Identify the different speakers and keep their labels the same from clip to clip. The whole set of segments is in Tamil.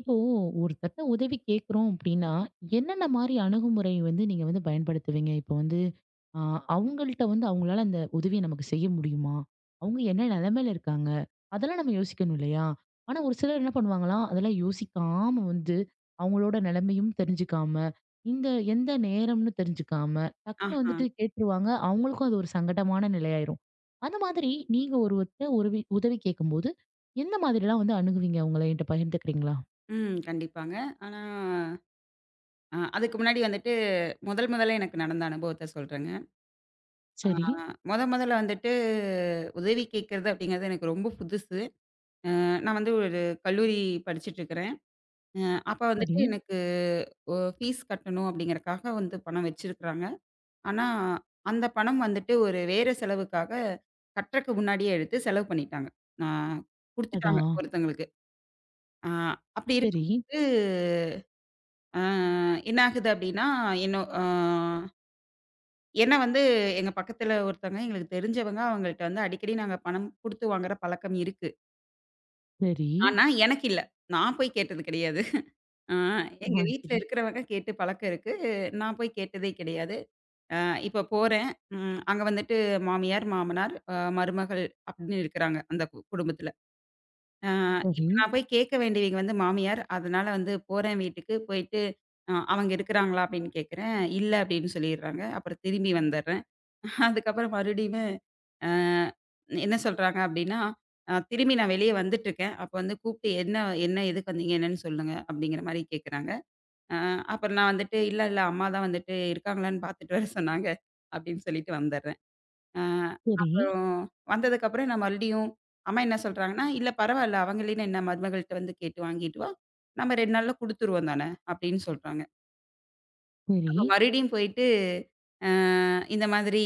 Speaker 1: இப்போ ஒருத்தர்ட்ட உதவி கேட்குறோம் அப்படின்னா, என்னென்ன மாரி அணுகுமுறை வந்து நீங்க வந்து பயன்படுத்துவீங்க? இப்போ வந்து அ அவங்கள்ட்ட வந்து அவங்களால அந்த உதவிய நமக்கு செய்ய முடியுமா? அவங்க என்ன நிலைமையில இருக்காங்க? அதெல்லாம் நம்ம யோசிக்கணும் இல்லையா? ஆனா ஒரு சிலர் என்ன பண்ணுவாங்களாம், அதெல்லாம் யோசிக்காம வந்து அவங்களோட நிலைமையும் தெரிஞ்சுக்காம, இந்த எந்த நேரம்னு தெரிஞ்சுக்காம, டக்குனு
Speaker 2: ஆஹா.
Speaker 1: வந்துட்டு கேட்டுருவாங்க. அவங்களுக்கும் அது ஒரு சங்கடமான நிலையாயிரும். அந்த மாதிரி நீங்க ஒருவர்ட்ட உதவி உதவி கேட்கும்போது, எந்த மாதிரிலாம் வந்து அணுகுவீங்க? உங்கள என்ட்ட பகிர்ந்துக்கிறீங்களா?
Speaker 2: ம். கண்டிப்பாங்க. ஆனா, அதுக்கு முன்னாடி வந்துட்டு முதல் முதல்ல எனக்கு நடந்த அனுபவத்த சொல்றேங்க. ஆ
Speaker 1: சரி.
Speaker 2: மொத மொதல்ல வந்துட்டு உதவி கேட்கறது அப்படிங்கிறது எனக்கு ரொம்ப புதுசு. நான் வந்து ஒரு கல்லூரி படிச்சுட்டு இருக்கிறேன். அப்ப வந்துட்டு
Speaker 1: சரி.
Speaker 2: எனக்கு ஃபீஸ் கட்டணும் அப்படிங்கிறக்காக வந்து பணம் வச்சிருக்கிறாங்க. ஆனா, அந்த பணம் வந்துட்டு ஒரு வேற செலவுக்காக கட்டுறக்கு முன்னாடியே எடுத்து செலவு பண்ணிட்டாங்க. நான்
Speaker 1: அடடா!
Speaker 2: குடுத்துட்டாங்க ஒருத்தங்களுக்கு. ஆ அப்படி
Speaker 1: சரி,
Speaker 2: இருக்கும்போது ஆ என்னாகுது அப்டின்னா, என்ன அ ஏன்னா வந்து எங்க பக்கத்துல ஒருத்தவங்க எங்களுக்கு தெரிஞ்சவங்க. அவங்கள்ட்ட வந்து அடிக்கடி நாங்க பணம் குடுத்து வாங்குற பழக்கம் இருக்கு.
Speaker 1: சரி.
Speaker 2: ஆனா எனக்கு இல்ல. நான் போய் கேட்டது கிடையாது. ஆ எங்க
Speaker 1: ஆ,
Speaker 2: வீட்ல
Speaker 1: சரி.
Speaker 2: இருக்கிறவங்க கேட்டு பழக்கம் இருக்கு. நான் போய் கேட்டதே கிடையாது. அ இப்ப போறேன். ம் அங்க வந்துட்டு மாமியார், மாமனார், மருமகள் அப்டின்னு இருக்கிறாங்க அந்த குடும்பத்துல. ஆ, இப்ப
Speaker 1: சரி,
Speaker 2: நான் போய் கேட்க வேண்டியவைங்க வந்து மாமியார். அதனால வந்து போறேன் வீட்டுக்கு. போயிட்டு அவங்க இருக்கிறாங்களா அப்படின்னு கேட்கிறேன். இல்ல அப்படின்னு சொல்லிடுறாங்க. அப்புறம் திரும்பி வந்துடுறேன். அதுக்கப்புறம் மறுபடியுமே அ என்ன சொல்றாங்க அப்படின்னா, திரும்பி நான் வெளிய வந்துட்டுருக்கேன். அப்ப வந்து கூப்பிட்டு "என்ன என்ன எதுக்கு வந்தீங்க? என்னன்னு சொல்லுங்க." அப்படிங்கிற மாரி கேட்குறாங்க. அ அப்புறம் நான் வந்துட்டு "இல்ல, இல்ல அம்மா தான் வந்துட்டு இருக்காங்களான்னு பார்த்துட்டு வர சொன்னாங்க." அப்படின்னு சொல்லிட்டு வந்துடுறேன். அ
Speaker 1: சரி,
Speaker 2: அப்புறம் வந்ததுக்கப்புறம் நான் மறுபடியும் அம்மா என்ன சொல்றாங்கன்னா, "இல்ல பரவால்ல, அவங்களேன்னு என்ன மருமகள்ட்ட வந்து கேட்டு வாங்கிட்டு வா. நம்ம 2 நாள்ல குடுத்துருவோம் தானே!" அப்படின்னு சொல்றாங்க.
Speaker 1: சரி.
Speaker 2: அப்ப மறுபடியும் போயிட்டு, அ இந்த மாதிரி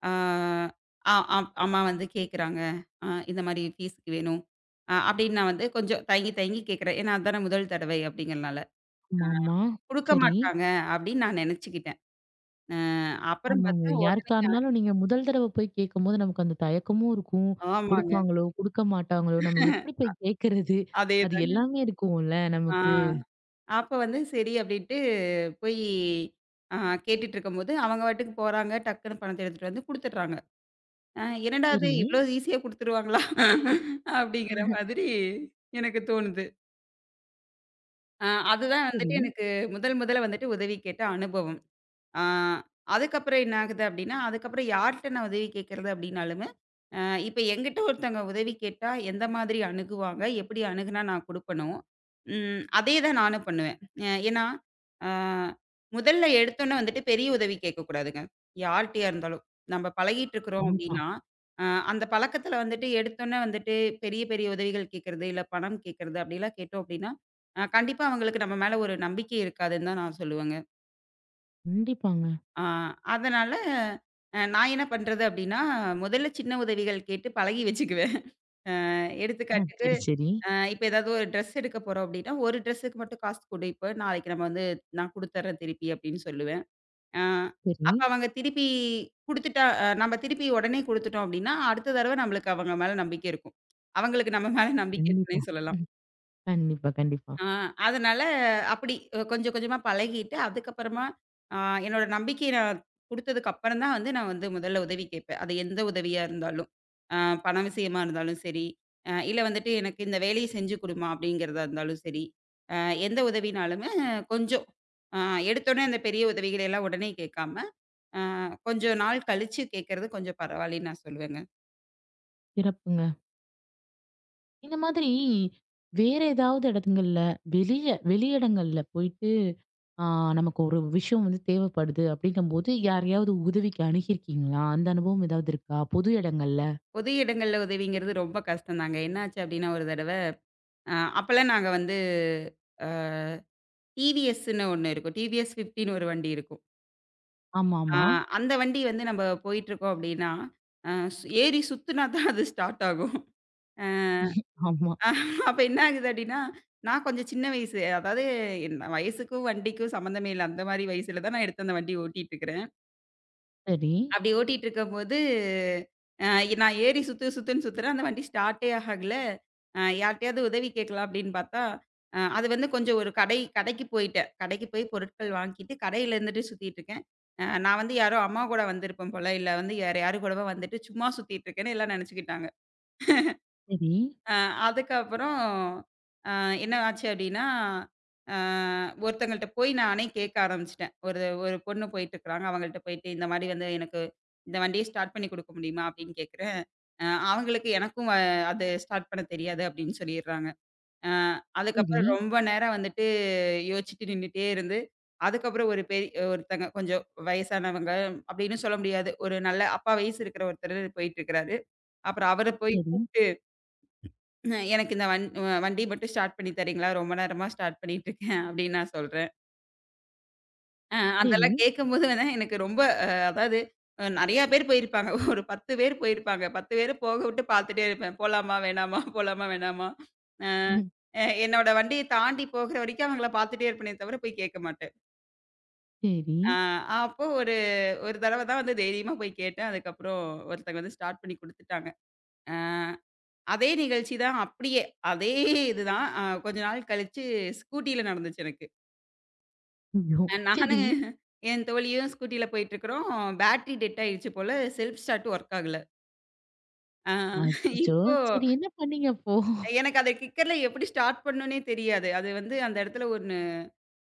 Speaker 2: அ அ அம் அம்மா வந்து கேட்குறாங்க. இந்த மாரி ஃபீஸுக்கு வேணும். அப்படின்னு நான் வந்து கொஞ்சம் தயங்கி தயங்கி கேட்குறேன். ஏன்னா, அதானே முதல் தடவை அப்படிங்கிறனால.
Speaker 1: ஆமாமா.
Speaker 2: குடுக்க
Speaker 1: சரி.
Speaker 2: மாட்டாங்க அப்படின்னு நான் நெனச்சுக்கிட்டேன். அ அப்புறம்
Speaker 1: ஆமாங்க.
Speaker 2: பார்த்தா உடனே
Speaker 1: யாருக்கா இருந்தாலும் நீங்க முதல் தடவ போய் கேட்கும்போது நமக்கு அந்த தயக்கமும் இருக்கும்.
Speaker 2: ஆமாங்க.
Speaker 1: குடுப்பாங்களோ! குடுக்க மாட்டாங்களோ! நம்ம எப்படி போய் கேட்கறது? அது
Speaker 2: அதேதாங்க.
Speaker 1: எல்லாமே இருக்கும்ல
Speaker 2: ஆ.
Speaker 1: நமக்கு.
Speaker 2: அப்ப வந்து சரி அப்படின்ட்டு போய் அ கேட்டுட்டு இருக்கும்போது, அவங்க பாட்டுக்கு போறாங்க. டக்குன்னு பணத்த எடுத்துட்டு வந்து குடுத்துடுறாங்க. அ என்னடா இது
Speaker 1: சரி,
Speaker 2: இவ்ளோ ஈஸியா குடுத்துருவாங்களா? அப்படிங்கிற மாதிரி எனக்கு தோணுது. அ அதுதான் வந்துட்டு
Speaker 1: சரி.
Speaker 2: எனக்கு முதல் முதல்ல வந்துட்டு உதவி கேட்ட அனுபவம். ஆ அதுக்கப்புறம் என்ன ஆகுது அப்டின்னா, அதுக்கப்புறம் யார்ட்ட நான் உதவி கேட்கறது அப்டின்னாலுமே, அ இப்ப என்கிட்ட ஒருத்தவங்க உதவி கேட்டா எந்த மாதிரி அணுகுவாங்க? எப்படி அணுகுனா நான் குடுக்கணும்? ம் அதே தான் நானும் பண்ணுவேன். ஏன்னா, ஆ முதல்ல எடுத்தோனே வந்துட்டு பெரிய உதவி கேட்கக்கூடாதுங்க. யார்ட்டயா இருந்தாலும். நம்ம பழகிட்டு இருக்கிறோம்
Speaker 1: கண்டிப்பா,
Speaker 2: அப்டின்னா, அ அந்த பழக்கத்துல வந்துட்டு எடுத்தோனே வந்துட்டு பெரிய பெரிய உதவிகள் கேட்கறது, இல்ல பணம் கேட்கறது அப்டிலாம் கேட்டோம் அப்டின்னா, கண்டிப்பா அவங்களுக்கு நம்ம மேல ஒரு நம்பிக்கை இருக்காதுன்னு தான் நான் சொல்லுவேங்க.
Speaker 1: கண்டிப்பாங்க.
Speaker 2: ஆ அதனால நான் என்ன பண்றது அப்டின்னா, முதல்ல சின்ன உதவிகள் கேட்டு பழகி வச்சுக்குவேன்.
Speaker 1: ஆ,
Speaker 2: எடுத்துக்காட்டுக்கு
Speaker 1: சரி, சரி.
Speaker 2: இப்ப ஏதாவது ஒரு ட்ரெஸ் எடுக்க போறோம் அப்டின்னா, ஒரு ட்ரெஸ்ஸுக்கு மட்டும் காசு குடு இப்ப நாளைக்கு நம்ம வந்து நான் குடுத்துர்றேன் திருப்பி அப்டின்னு சொல்லுவேன். அ
Speaker 1: சரி.
Speaker 2: அப்ப அவங்க திருப்பி குடுத்துட்டா நம்ம திருப்பி உடனே குடுத்துட்டோம் அப்டின்னா, அடுத்த தடவ நம்மளுக்கு அவங்க மேல நம்பிக்கை இருக்கும். அவங்களுக்கு நம்ம மேல நம்பிக்கை
Speaker 1: கண்டிப்பா.
Speaker 2: இருக்குன்னே சொல்லலாம்.
Speaker 1: ம். கண்டிப்பா, கண்டிப்பா.
Speaker 2: ஆ அதனால அப்படி கொஞ்சம் கொஞ்சமா பழகிட்டு, அதுக்கப்புறமா ஆ என்னோட நம்பிக்கைய நான் குடுத்ததுக்கு அப்புறம் தான் வந்து நான் வந்து முதல்ல உதவி கேட்பேன். அது எந்த உதவியா இருந்தாலும். ஆ பண விஷயமா இருந்தாலும் சரி, இல்ல வந்துட்டு எனக்கு இந்த வேலைய செஞ்சு குடுமா அப்படிங்கிறதா இருந்தாலும் சரி, அ எந்த உதவினாலுமே கொஞ்சம் அ எடுத்தோனே அந்த பெரிய உதவிகளை எல்லாம் உடனே கேட்காம, அ கொஞ்சம் நாள் கழிச்சு கேட்கறது கொஞ்சம் பரவாயில்லன்னு நான் சொல்லுவேங்க.
Speaker 1: சிறப்புங்க. இந்த மாதிரி வேற ஏதாவது இடங்கள்ல வெளியிடங்கள்ல போயிட்டு ஆ, நமக்கு ஒரு விஷயம் வந்து தேவைப்படுது அப்படிங்கும்போது யாரையாவது உதவிக்கு அணுகியிருக்கீங்களா? அந்த அனுபவம் ஏதாவது இருக்கா? பொது இடங்கள்ல?
Speaker 2: பொது இடங்கள்ல உதவிங்கிறது ரொம்ப கஷ்டம் தாங்க. என்னாச்சு அப்படின்னா ஒரு தடவ, அ அப்பலாம் நாங்க வந்து டிவிஎஸ்ன்னு ஒண்ணு இருக்கும். டிவிஎஸ் 50ன்னு ஒரு வண்டி இருக்கும். ஆ
Speaker 1: ஆமாமா.
Speaker 2: அந்த வண்டி வந்து நம்ம போயிட்டுருக்கோம் அப்படின்னா, அ சு ஏறி சுத்துனா தான் அது ஸ்டார்ட் ஆகும்.
Speaker 1: ஆமா. ஆமா,
Speaker 2: அ அப்ப என்ன ஆகுது அப்படின்னா, நான் கொஞ்சம் சின்ன வயசு, அதாவது என் வயசுக்கும் வண்டிக்கும் சம்மந்தமே இல்ல. அந்த மாரி வயசுல தான் நான் எடுத்து அந்த வண்டி ஓட்டிட்டுருக்கிறேன்.
Speaker 1: சரி,
Speaker 2: அப்படி ஓட்டிட்டு இருக்கும்போது, அ நான் ஏறி சுத்து சுத்துன்னு சுத்துறேன். அந்த வண்டி ஸ்டார்ட்டே ஆகல. யார்ட்டயாவது உதவி கேட்கலாம் அப்படின்னு பார்த்தா, அது வந்து கொஞ்சம் ஒரு கடைக்கு போயிட்டேன். கடைக்கு போய் பொருட்கள் வாங்கிட்டு கடையில இருந்துட்டு சுத்திட்டு இருக்கேன். நான் வந்து யாரோ அம்மா கூட வந்திருப்பேன் போல, இல்ல வந்து வேற யாரு கூடவோ வந்துட்டு சும்மா சுத்திட்டு இருக்கேன்னு எல்லாம் நெனச்சுக்கிட்டாங்க.
Speaker 1: சரி,
Speaker 2: அ அதுக்கப்புறம் அ என்ன ஆச்சு அப்டின்னா, அ ஒருத்தங்கள்ட்ட போய் நானே கேட்க ஆரம்பிச்சுட்டேன். ஒரு ஒரு பொண்ணு போயிட்டுருக்காங்க. அவங்கள்ட்ட போயிட்டு இந்த மாரி வந்து எனக்கு இந்த வண்டிய ஸ்டார்ட் பண்ணி குடுக்க முடியுமா? அப்டின்னு கேட்கிறேன். அ அவங்களுக்கு எனக்கும் அது ஸ்டார்ட் பண்ண தெரியாது அப்டின்னு சொல்லிர்றாங்க. அ
Speaker 1: சரி,
Speaker 2: அதுக்கப்புறம் ரொம்ப நேரம் வந்துட்டு யோசிச்சுட்டு நின்னுட்டே இருந்து, அதுக்கப்புறம் ஒருத்தங்க கொஞ்சம் வயசானவங்க அப்டின்னு சொல்ல முடியாது. ஒரு நல்ல அப்பா வயசு இருக்கிற ஒருத்தரு போயிட்டுருக்கிறாரு. அப்புறம் அவர போய்
Speaker 1: சரி,
Speaker 2: கூப்ட்டு எனக்கு இந்த வண்டி மட்டும் ஸ்டார்ட் பண்ணி தர்றீங்களா? ரொம்ப நேரமா ஸ்டார்ட் பண்ணிட்டுருக்கேன் அப்படின்னு நான் சொல்றேன்.
Speaker 1: சரி,
Speaker 2: அதெல்லாம் கேட்கும்போது வந்து எனக்கு ரொம்ப அதாவது நெறையா பேர் போயிருப்பாங்க. ஒரு 10 பேர் போயிருப்பாங்க. 10 பேர போக விட்டு பார்த்துட்டே இருப்பேன். போலாமா? வேணாமா? போலாமா? வேணாமா? அ
Speaker 1: ம்.
Speaker 2: அ என்னோட வண்டிய தாண்டி போகிற வரைக்கும் அவங்கள பார்த்துட்டே இருப்பேனே தவிர போய் கேட்க மாட்டேன்.
Speaker 1: சரி.
Speaker 2: அ அப்போ ஒரு ஒரு தடவ தான் வந்து தைரியமா போய் கேட்டேன். அதுக்கப்புறம் ஒருத்தங்க வந்து ஸ்டார்ட் பண்ணி குடுத்துட்டாங்க. அ அதே நிகழ்ச்சி தான் அப்படியே, அதே இதுதான். கொஞ்ச நாள் கழிச்சு ஸ்கூட்டில நடந்துச்சு எனக்கு.
Speaker 1: ஐயோ!
Speaker 2: அ நானு
Speaker 1: சரி.
Speaker 2: என் தோழியும் ஸ்கூட்டில போயிட்டுருக்கிறோம். பேட்டரி டெட் ஆயிடுச்சு போல. செல்ஃப் ஸ்டார்ட் ஒர்க் ஆகல. அ
Speaker 1: அச்சச்சோ!
Speaker 2: இப்போ
Speaker 1: சரி, என்ன பண்ணீங்க அப்போ?
Speaker 2: எனக்கு அத கிக்கர்ல எப்படி ஸ்டார்ட் பண்ணணும்னே தெரியாது. அது வந்து அந்த இடத்துல ஒண்ணு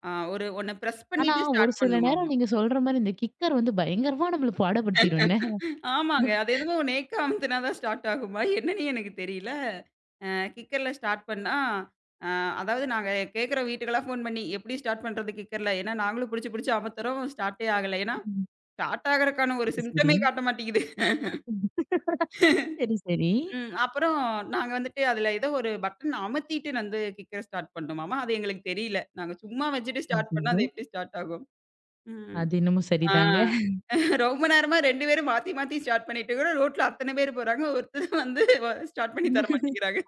Speaker 2: அ ஒரு ஒண்ண பிரஸ்
Speaker 1: ஆனா
Speaker 2: பண்ணிட்டு
Speaker 1: ஒரு
Speaker 2: ஸ்டார்ட்
Speaker 1: சில
Speaker 2: பண்ணுமாம்.
Speaker 1: நேரம் நீங்க சொல்ற மாரி இந்த கிக்கர் வந்து பயங்கரமா நம்மள பாடப்படுத்திரும் என்ன?
Speaker 2: ஆமாங்க. அது என்னமோ நேக்கா அமுத்துனா தான் ஸ்டார்ட் ஆகுமா? என்னன்னே எனக்கு தெரியல. அ கிக்கர்ல ஸ்டார்ட் பண்ணா, அ அதாவது நாங்க கேட்குறோம் வீட்டுக்கெல்லாம் ஃபோன் பண்ணி, "எப்படி ஸ்டார்ட் பண்றது கிக்கர்ல?" ஏன்னா நாங்களும் புடிச்சு புடிச்சு அமத்துறோம். ஸ்டார்ட்டே ஆகல. ஏன்னா,
Speaker 1: ம்.
Speaker 2: ஸ்டார்ட் ஆகறக்கான ஒரு
Speaker 1: சரி, சரி.
Speaker 2: சிம்ப்டமே காட்ட மாட்டேங்குது.
Speaker 1: சரி, சரி.
Speaker 2: ம். அப்புறம் நாங்க வந்துட்டு அதுல ஏதோ ஒரு பட்டன் அமத்திட்டு வந்து கிக்கர் ஸ்டார்ட் பண்ணோமாமா. அது எங்களுக்கு தெரியல. நாங்க சும்மா வச்சுட்டு ஸ்டார்ட் பண்ணா
Speaker 1: ஐயய்யோ!
Speaker 2: அது எப்படி ஸ்டார்ட் ஆகும்? ம்.
Speaker 1: அது என்னமோ
Speaker 2: ஆ.
Speaker 1: சரிதாங்க.
Speaker 2: ரொம்ப நேரமா 2 பேரும் மாத்தி, மாத்தி ஸ்டார்ட் பண்ணிட்டு இருக்கிறோம். ரோட்ல அத்தன பேர் போறாங்க. ஒருத்தர் வந்து ஸ்டார்ட் பண்ணி தர மாட்டேங்கிறாங்க.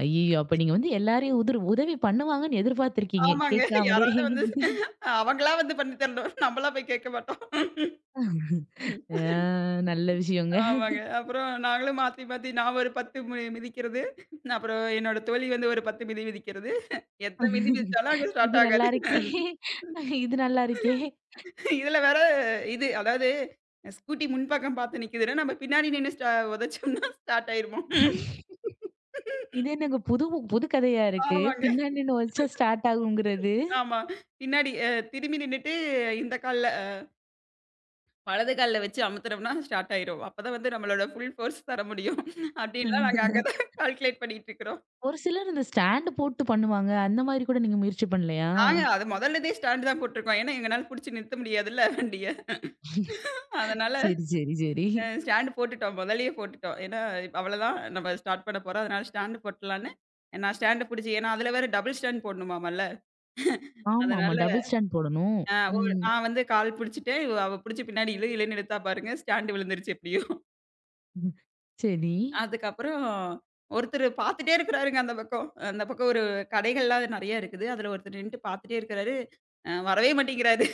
Speaker 1: ஐயய்யோ! அப்ப நீங்க வந்து எல்லாரையும் உதவி பண்ணுவாங்கன்னு எதிர்பார்த்திருக்கீங்க.
Speaker 2: ஆமாங்க.
Speaker 1: கேட்காமலே.
Speaker 2: யாராவது வந்து அவங்களா வந்து பண்ணி தரணும். நம்மளா போய் கேட்க மாட்டோம். ம்,
Speaker 1: ஆ, நல்ல விஷயங்க.
Speaker 2: ஆமாங்க. அப்புறம் நாங்களும் மாத்தி, மாத்தி நான் ஒரு 10 மிதிக்கிறது. அப்புறம் என்னோட தோழி வந்து ஒரு 10 மிதி மிதிக்கிறது. எத்தன மிதி மிதிச்சாலும் அங்க ஸ்டார்ட்
Speaker 1: இது நல்லா
Speaker 2: ஆகாது.
Speaker 1: இருக்கே! இது நல்லா இருக்கே!
Speaker 2: இதுல வேற இது அதாவது ஸ்கூட்டி முன்பக்கம் பார்த்து நிக்குதுன்னா, நம்ம பின்னாடி நின்னு உதைச்சோம்னா ஸ்டார்ட் ஆயிருமோ!
Speaker 1: இது என்னங்க புது புது கதையா இருக்கு.
Speaker 2: ஆமாங்க.
Speaker 1: பின்னாடி இன்னும் வச்சா ஸ்டார்ட் ஆகுங்கிறது.
Speaker 2: ஆமா. பின்னாடி திரும்பி நின்னுட்டு இந்த கால்ல வலது கால்ல வச்சு அமுத்துனோம்னா ஸ்டார்ட் ஆயிரும். அப்பதான் வந்து நம்மளோட ஃபுல் ஃபோர்ஸ் தர முடியும். அப்டின்லாம்
Speaker 1: உம்.
Speaker 2: நாங்க அங்க தான் கால்குலேட் பண்ணிட்டு இருக்கிறோம்.
Speaker 1: ஒரு சிலர் இந்த ஸ்டாண்ட் போட்டு பண்ணுவாங்க. அந்த மாரி கூட நீங்க முயற்சி பண்ணலையா?
Speaker 2: நாங்க அது முதல்லருந்தே ஸ்டாண்ட் தான் போட்டுருக்கோம். ஏன்னா எங்கனால புடிச்சு நிறுத்த முடியாதுல்ல வண்டிய. அதனால
Speaker 1: சரி, சரி, சரி.
Speaker 2: ஸ்டாண்ட் போட்டுட்டோம். முதல்லயே போட்டுட்டோம். ஏன்னா அவ்வளதான் நம்ம ஸ்டார்ட் பண்ண போறோம். அதனால ஸ்டாண்ட் போட்டுடலான்னு நான் ஸ்டாண்ட புடிச்சு ஏன்னா அதுல வேற டபுள் ஸ்டாண்ட் போடணுமாமல்ல.
Speaker 1: ஆமா, ஆமா.
Speaker 2: அதனால
Speaker 1: டபுள் ஸ்டாண்ட் போடணும்.
Speaker 2: அ ஒரு
Speaker 1: ம்.
Speaker 2: நான் வந்து கால் புடிச்சுட்டேன். அவ புடிச்சு பின்னாடி இழு இழுன்னு இழுத்தா பாருங்க ஸ்டாண்ட் விழுந்துருச்சு எப்டியோ.
Speaker 1: சரி.
Speaker 2: அதுக்கப்புறம் ஒருத்தரு பார்த்துட்டே இருக்கிறாருங்க அந்த பக்கம். அந்த பக்கம் ஒரு கடைகள்லாம் நெறைய இருக்குது. அதுல ஒருத்தர் நின்னுட்டு பார்த்துட்டே இருக்கிறாரு. வரவே மாட்டேங்கிறாரு.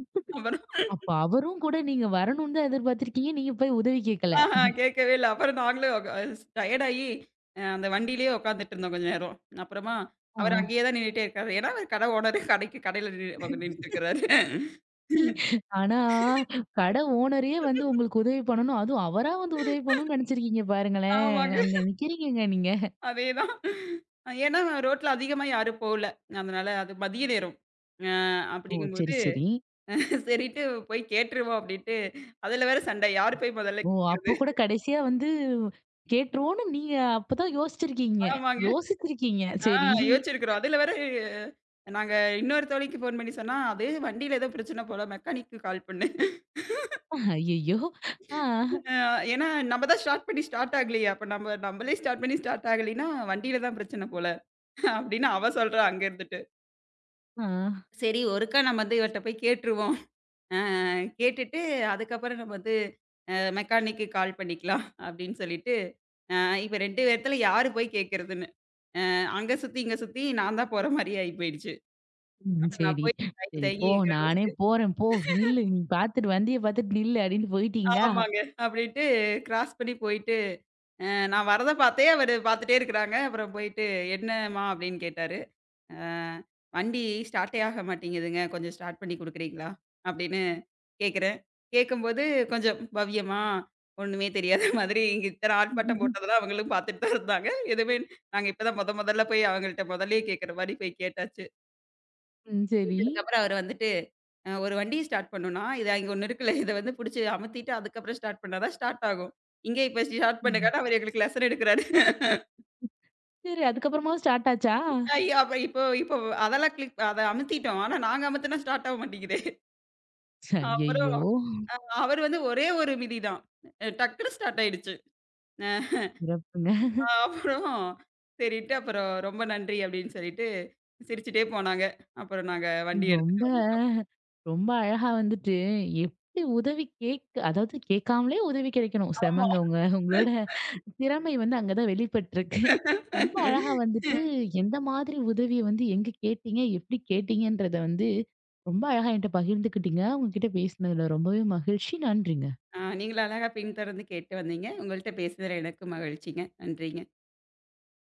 Speaker 2: அப்புறம்
Speaker 1: அப்ப அவரும் கூட நீங்க வரணும்னு தான் எதிர்பார்த்திருக்கீங்க. நீங்க போய் உதவி கேட்கல.
Speaker 2: ஆஹா கேட்கவே இல்ல. அப்புறம் நாங்களும் டயர்ட் ஆயி அந்த வண்டியிலேயே உட்காந்துட்டு இருந்தோம் கொஞ்ச நேரம். அப்புறமா
Speaker 1: ஆ.
Speaker 2: அவர் அங்கேயே தான் நின்னுட்டே இருக்காரு. ஏன்னா அவரு கடை ஓனரு கடையில நின்னு அவர் நின்னுட்டு இருக்கிறாரு.
Speaker 1: ஆனா, கடை ஓனரே வந்து உங்களுக்கு உதவி பண்ணணும். அதுவும் அவரா வந்து உதவி பண்ணணும்னு நினைச்சிருக்கீங்க பாருங்களேன்.
Speaker 2: ஆமாங்க.
Speaker 1: அங்க நிக்கிறீங்கங்க நீங்க.
Speaker 2: அதேதான். ஏன்னா ரோட்ல அதிகமா யாரும் போல. அதனால அது மதிய நேரம். அ
Speaker 1: ஓ!
Speaker 2: அப்படிங்கும்போது
Speaker 1: சரி, சரி.
Speaker 2: சரின்ட்டு போய் கேட்டுருவோம் அப்டின்ட்டு, அதுல வேற சண்டை. யாரு போய் முதல்ல
Speaker 1: ஓ!
Speaker 2: கேட்கிறது?
Speaker 1: அப்ப கூட கடைசியா வந்து கேட்டுருவோம்னு நீங்க அப்பதான் யோசிச்சிருக்கீங்க.
Speaker 2: ஆமாங்க.
Speaker 1: யோசிச்சிருக்கீங்க.
Speaker 2: ஆ
Speaker 1: சரி.
Speaker 2: யோசிச்சிருக்கிறோம். அதுல வேற நாங்க இன்னொரு தோழிக்கு ஃபோன் பண்ணி சொன்னா, "அது வண்டியில ஏதோ பிரச்சனை போல மெக்கானிக்கு கால் பண்ணு."
Speaker 1: ஐயய்யோ! ஆ,
Speaker 2: அ ஏன்னா நம்ம தான் ஸ்டார்ட் பண்ணி ஸ்டார்ட் ஆகலையே. அப்ப நம்ம நம்மளே ஸ்டார்ட் பண்ணி ஸ்டார்ட் ஆகலைன்னா, வண்டியில தான் பிரச்சனை போல அப்டின்னு அவ சொல்றா அங்க இருந்துட்டு.
Speaker 1: ஆ.
Speaker 2: சரி ஒருக்கா நம்ம வந்து இவர்ட்ட போய் கேட்டுருவோம். அ கேட்டுட்டு அதுக்கப்புறம் நம்ம வந்து மெக்கானிக்கு கால் பண்ணிக்கலாம் அப்டின்னு சொல்லிட்டு, அ இப்ப 2 பேத்துல யாரு போய் கேட்கிறதுன்னு? அங்க சுத்தி, இங்க சுத்தி நான் தான் போற மாரி ஆயி போயிடுச்சு.
Speaker 1: ம்.
Speaker 2: அப்ப நான்
Speaker 1: சரி,
Speaker 2: போய் தயங்கி
Speaker 1: சரி.
Speaker 2: தயங்கி
Speaker 1: போ, நானே
Speaker 2: கிரவச்சு
Speaker 1: போறேன் போ. நில்லு. நீ பார்த்துட்டு வண்டிய பார்த்துட்டு நில்லு அப்படின்னு போயிட்டீங்களா?
Speaker 2: ஆமாங்க. அப்படின்ட்டு கிராஸ் பண்ணி போயிட்டு, அ நான் வரத பார்த்தே அவரு பார்த்துட்டே இருக்கிறாங்க. அப்புறம் போயிட்டு, "என்னம்மா?" அப்படின்னு கேட்டாரு. அ "வண்டி ஸ்டார்ட்டே ஆக மாட்டேங்குதுங்க. கொஞ்சம் ஸ்டார்ட் பண்ணி குடுக்குறீங்களா?" அப்படின்னு கேட்கிறேன். கேட்கும்போது கொஞ்சம் பவ்யமா, ஒண்ணுமே தெரியாத மாதிரி இங்க இத்தன ஆர்ப்பாட்டம்
Speaker 1: ம்.
Speaker 2: போட்டதெல்லாம் அவங்களும் பார்த்துட்டு தான் இருந்தாங்க. எதுவுமே நாங்க இப்ப தான் மொதல்ல போய் அவங்கள்ட்ட மொதல்லயே கேட்கிற மாரி போய் கேட்டாச்சு.
Speaker 1: சரி.
Speaker 2: கேட்டதுக்கப்புறம் அவரு வந்துட்டு, ஒரு வண்டிய ஸ்டார்ட் பண்ணணும்னா, "இது அங்க ஒண்ணு இருக்குல்ல. இத வந்து புடிச்சு அமுத்திட்டு அதுக்கப்புறம் ஸ்டார்ட் பண்ணா தான் ஸ்டார்ட் ஆகும். இங்கே இப்ப ஸ்டார்ட்
Speaker 1: ம்.
Speaker 2: பண்ணுங்கன்னு" அவரு எங்களுக்கு லெசன் எடுக்குறாரு.
Speaker 1: சரி. அதுக்கப்புறமாவும் ஸ்டார்ட் ஆச்சா?
Speaker 2: ஐயோ! அப்ப இப்போ இப்போ அதெல்லாம் கிளிக் அத அமுத்திட்டோம். ஆனா நாங்க அமுத்துனா ஸ்டார்ட் ஆக மாட்டேங்குதே. அப்புறம்
Speaker 1: ஐயய்யோ!
Speaker 2: அ அவரு வந்து ஒரே ஒரு மிதி தான். டக்குனு ஸ்டார்ட் ஆயிடுச்சு. அ
Speaker 1: சிறப்புங்க.
Speaker 2: அப்புறம் சரின்ட்டு அப்புறம் "ரொம்ப நன்றி" அப்படின்னு சொல்லிட்டு சிரிச்சுட்டே போனாங்க. அப்புறம் நாங்க வண்டி
Speaker 1: ரொம்ப
Speaker 2: எடுத்துட்டு வந்துட்டோம்.
Speaker 1: ரொம்ப அழகா வந்துட்டு எப்படி உதவி கேட்க அதாவது கேட்காமலே உதவி கிடைக்கணும்.
Speaker 2: ஆமா.
Speaker 1: செமங்க உங்களோட திறமை வந்து அங்க தான் வெளிப்பட்டுருக்கு. ரொம்ப அழகா வந்துட்டு எந்த மாதிரி உதவிய வந்து எங்க கேட்டீங்க? எப்படி கேட்டீங்கன்றத வந்து ரொம்ப அழகா என்கிட்ட பகிர்ந்துக்கிட்டீங்க. உங்ககிட்ட பேசினதுல ரொம்பவே மகிழ்ச்சி. நன்றிங்க.
Speaker 2: நீங்களும் அழகா பின்தொடர்ந்து கேட்டு வந்தீங்க. உங்கள்ட்ட பேசுனதுல எனக்கும் மகிழ்ச்சிங்க. நன்றிங்க.